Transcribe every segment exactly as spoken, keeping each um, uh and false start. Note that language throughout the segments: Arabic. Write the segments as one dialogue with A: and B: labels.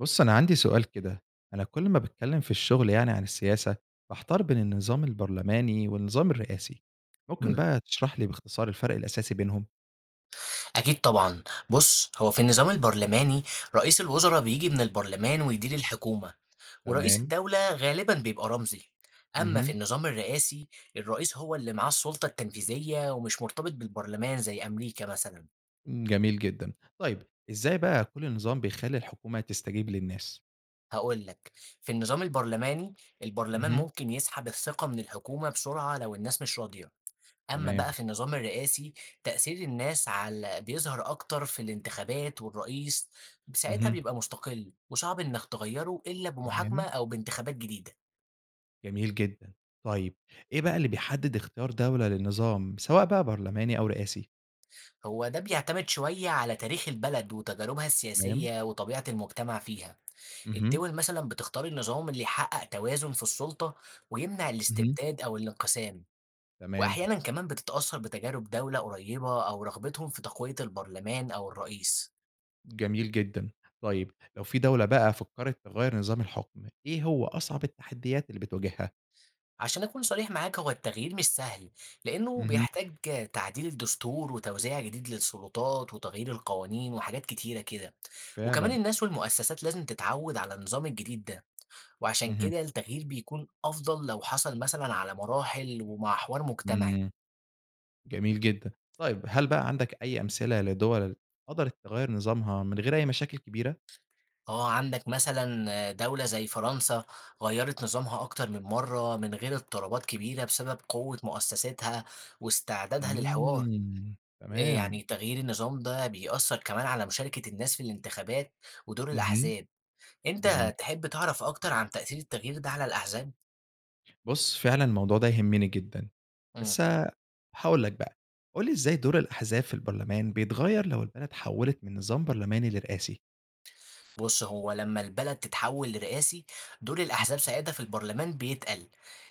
A: بُص، أنا عندي سؤال كده، أنا كل ما باتكلم في الشغل يعني عن السياسة، باحتار بين النظام البرلماني والنظام الرئاسي، ممكن
B: مم.
A: بقى تشرح لي باختصار الفرق الأساسي بينهم؟
B: أكيد طبعا. بص هو في النظام البرلماني رئيس الوزراء بيجي من البرلمان ويدير الحكومة، ورئيس
A: تمام،
B: الدولة غالبا بيبقى رمزي. أما في
A: اهم،
B: النظام الرئاسي الرئيس هو اللي معاه السلطة التنفيذية ومش مرتبط بالبرلمان زي أمريكا مثلا.
A: جميل جدًا. طيب إزاي بقى كل نظام بيخلّي الحكومة تستجيب للناس؟
B: هقول لك، في النظام البرلماني البرلمان
A: اهم،
B: ممكن يسحب الثقة من الحكومة بسرعة لو الناس مش راضية. أمّا
A: تمام،
B: بقى في النظام الرئاسي، تأثير الناس على بيظهر أكتر في الانتخابات والرئيس، ساعتها
A: اهم،
B: بيبقى مستقل، وصعب إنك تغيّره إلا بمحاكمة
A: تمام،
B: أو بانتخابات جديدة.
A: جميل جدًا. طيب إيه بقى اللي بيحدد اختيار دولة للنظام، سواء بقى برلماني أو رئاسي؟
B: هو ده بيعتمد شوية على تاريخ البلد وتجاربها
A: تمام،
B: السياسية وطبيعة المجتمع فيها.
A: اهم،
B: الدول مثلًا بتختار النظام اللي يحقق توازن في السلطة ويمنع
A: اهم،
B: الاستبداد أو الانقسام،
A: تمام.
B: وأحيانًا كمان بتتأثر بتجارب دولة قريبة أو رغبتهم في تقوية البرلمان أو الرئيس.
A: جميل جدًا. طيب لو في دولة بقى فكّرت تغيّر نظام الحُكم، إيه هو أصعب التحديات اللي بتواجهها؟
B: عشان أكون صريح معاك هو التغيير مش سهل، لإنه
A: اهم،
B: بيحتاج تعديل الدستور وتوزيع جديد للسلطات وتغيير القوانين وحاجات كتيرة كده، وكمان
A: فعلًا،
B: الناس والمؤسسات لازم تتعود على النظام الجديد ده، وعشان
A: اهم،
B: كده التغيير بيكون أفضل لو حصل مثلا على مراحل ومع حوار مجتمعي.
A: إمم، جميل جدًا. طيب هل بقى عندك أي أمثلة لدول قدرت تغيّر نظامها من غير أي مشاكل كبيرة؟
B: آه، عندك مثلا دولة زي فرنسا غيرت نظامها أكتر من مرة من غير اضطرابات كبيرة بسبب قوة مؤسساتها واستعدادها للحوار.
A: إمم،
B: آآ
A: تمام،
B: يعني تغيير النظام ده بيأثّر كمان على مشاركة الناس في الانتخابات ودور
A: اهم،
B: الأحزاب.
A: جميل.
B: أنت تحب تعرف أكتر عن تأثير التغيير ده على الأحزاب؟
A: بُص فعلًا الموضوع ده يهمني جدًا،
B: إمم،
A: بس هاقول لك بقى، قُل لي إزاي دور الأحزاب في البرلمان بيتغيّر لو البلد حوّلت من نظام برلماني لرئاسي؟
B: بُص، هو لمّا البلد تتحول لرئاسي، دور
A: إمم،
B: الأحزاب ساعتها في البرلمان بيتقل.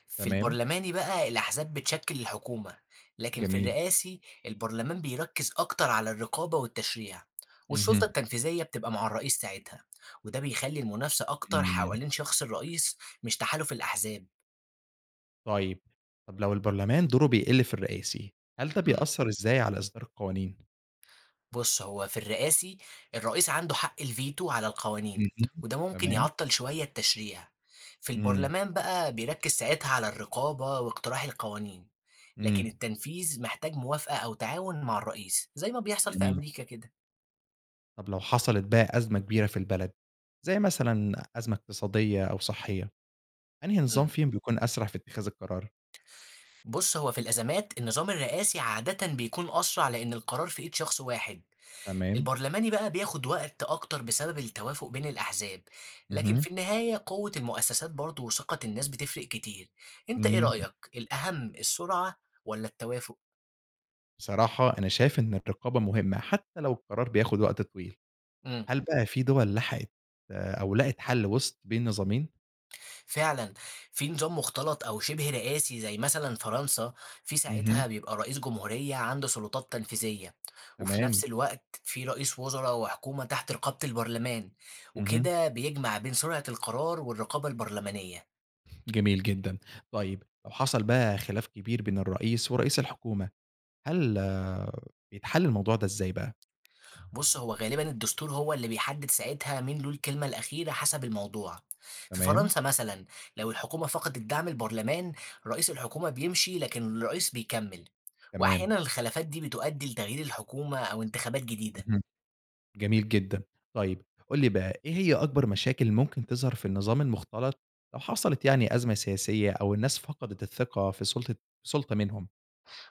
B: في
A: تمام،
B: البرلماني بقى الأحزاب بتشكل الحكومة، لكن في
A: جميل.
B: الرئاسي البرلمان بيركّز أكتر على الرقابة والتشريع،
A: اهم،
B: والسلطة التنفيذية بتبقى مع الرئيس ساعتها، وده بيخلّي المنافسة أكتر
A: إمم،
B: حوالين شخص الرئيس مش تحالف الأحزاب.
A: طيب، طب لو البرلمان دوره بيقل في الرئاسي، هل ده
B: إمم.
A: بيأثّر إزاي على إصدار القوانين؟
B: بُص، هو في الرئاسي، الرئيس عنده حق الڤيتو على القوانين،
A: اهم،
B: وده ممكن
A: تمام.
B: يعطّل شوية التشريع. في
A: إمم،
B: البرلمان بقى بيركّز ساعتها على الرقابة واقتراح القوانين، لكن
A: إمم.
B: التنفيذ محتاج موافقة أو تعاون مع الرئيس، زي ما بيحصل في
A: جميل.
B: أمريكا كده.
A: طب لو حصلت بقى أزمة كبيرة في البلد، زي مثلًا أزمة اقتصادية أو صحية، أنهي نظام
B: إمم،
A: فيهم بيكون أسرع في اتخاذ القرار؟
B: بُص، هو في الأزمات النظام الرئاسي عادةً بيكون أسرع لإن القرار في إيد شخص واحد.
A: تمام،
B: البرلماني بقى بياخد وقت أكتر بسبب التوافق بين الأحزاب، لكن
A: اهم،
B: في النهاية قوة المؤسسات برضه وثقة الناس بتفرق كتير. أنت إيه
A: إمم.
B: رأيك؟ الأهم السرعة ولا التوافق؟
A: بصراحة أنا شايف إن الرقابة مهمة حتى لو القرار بياخد وقت طويل،
B: امم
A: هل بقى في دول لحقت أو لقت حل وسط بين نظامين؟
B: فعلا في نظام مختلط أو شبه رئاسي زي مثلا فرنسا، في
A: اهم،
B: ساعتها بيبقى رئيس جمهورية عنده سلطات تنفيذية، وفي
A: تمام،
B: نفس الوقت في رئيس وزراء وحكومة تحت رقابة البرلمان،
A: اهم.
B: وكده بيجمع بين سرعة القرار والرقابة البرلمانية.
A: جميل جدًا. طيب لو حصل بقى خلاف كبير بين الرئيس ورئيس الحكومة، هل آه، بيتحل الموضوع ده إزاي بقى؟
B: بُص، هو غالبًا الدستور هو اللي بيحدد ساعتها مين له الكلمة الأخيرة حسب الموضوع. في
A: تمام،
B: فرنسا مثلًا، لو الحكومة فقدت دعم البرلمان، رئيس الحكومة بيمشي لكن الرئيس بيكمّل،
A: تمام.
B: وأحيانًا الخلافات دي بتؤدي لتغيير الحكومة أو انتخابات جديدة.
A: اهم، جميل جدًا. طيب قُل لي بقى إيه هي أكبر مشاكل ممكن تظهر في النظام المختلط لو حصلت يعني أزمة سياسية أو الناس فقدت الثقة في سُلطة سُلطة منهم؟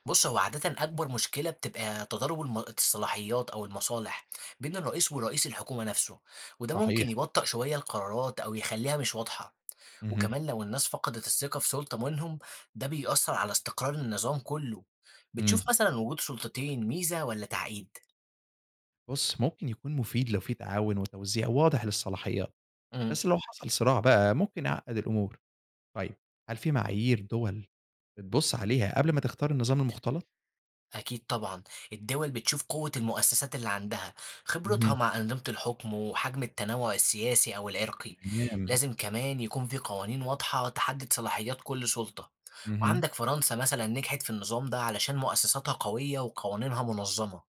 B: بُص، هو عادةً أكبر مشكلة بتبقى تضارب الم الصلاحيات أو المصالح بين الرئيس ورئيس الحكومة نفسه، وده
A: صحيح.
B: ممكن يبطئ شوية القرارات أو يخلّيها مش واضحة.
A: اهم،
B: وكمان لو الناس فقدت الثقة في سلطة منهم ده بيأثر على استقرار النظام كله.
A: إمم.
B: بتشوف مثلا وجود سلطتين ميزة ولا تعقيد؟
A: بُص، ممكن يكون مفيد لو في تعاون وتوزيع واضح للصلاحيات،
B: امم
A: بس لو حصل صراع بقى ممكن يعقّد الأمور. طيب، هل في معايير دول بتبُص عليها قبل ما تختار النظام المختلط؟
B: أكيد طبعا. الدول بتشوف قوة المؤسسات اللي عندها، خبرتها
A: اهم،
B: مع أنظمة الحكم وحجم التنوع السياسي أو العرقي.
A: تمام،
B: لازم كمان يكون في قوانين واضحة تحدد صلاحيات كل سلطة،
A: اهم،
B: وعندك فرنسا مثلا نجحت في النظام ده علشان مؤسساتها قوية وقوانينها منظمة.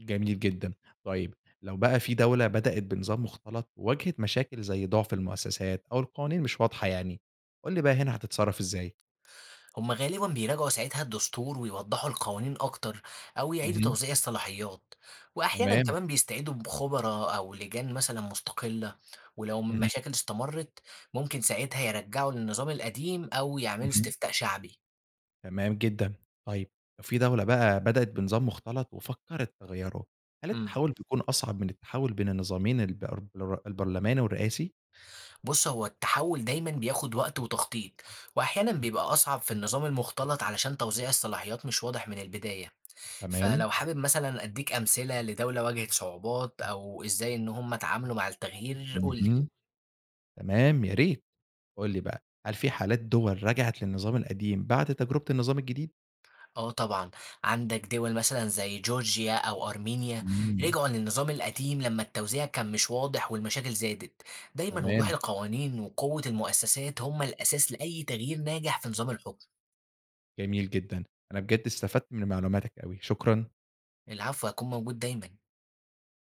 A: جميل جدًا. طيب، لو بقى في دولة بدأت بنظام مختلط وواجهت مشاكل زي ضعف المؤسسات أو القوانين مش واضحة يعني، قُل لي بقى هنا هتتصرّف إزاي؟
B: هما غالبا بيراجعوا ساعتها الدستور ويوضحوا القوانين أكتر أو يعيدوا
A: اهم،
B: توزيع الصلاحيات، وأحيانا
A: تمام،
B: كمان بيستعيدوا بخبراء أو لجان مثلا مستقلة، ولو
A: اهم،
B: المشاكل استمرت ممكن ساعتها يرجعوا للنظام القديم أو يعملوا
A: اهم،
B: استفتاء شعبي.
A: تمام جدًا. طيب، لو في دولة بقى بدأت بنظام مختلط وفكّرت تغيّره، هل
B: امم
A: التحوّل بيكون أصعب من التحوّل بين النظامين البر البرلماني والرئاسي؟
B: بص، هو التحول دايما بياخد وقت وتخطيط، وأحيانا بيبقى أصعب في النظام المختلط علشان توزيع الصلاحيات مش واضح من البداية.
A: تمام،
B: فلو حابب مثلا أديك أمثلة لدولة واجهت صعوبات أو إزاي إن هم اتعاملوا مع التغيير قولي.
A: اهم. تمام، يا ريت. قُل لي بقى، هل في حالات دول رجعت للنظام القديم بعد تجربة النظام الجديد؟
B: آه طبعًا، عندك دول مثلًا زي جورجيا أو أرمينيا
A: إمم.
B: رجعوا للنظام القديم لمّا التوزيع كان مش واضح والمشاكل زادت. دايمًا وضوح
A: تمام،
B: القوانين وقوة المؤسسات هم الأساس لأي تغيير ناجح في نظام الحكم.
A: جميل جدًا. أنا بجد استفدت من معلوماتك أوي، شكرًا.
B: العفو، هيكون موجود دايمًا.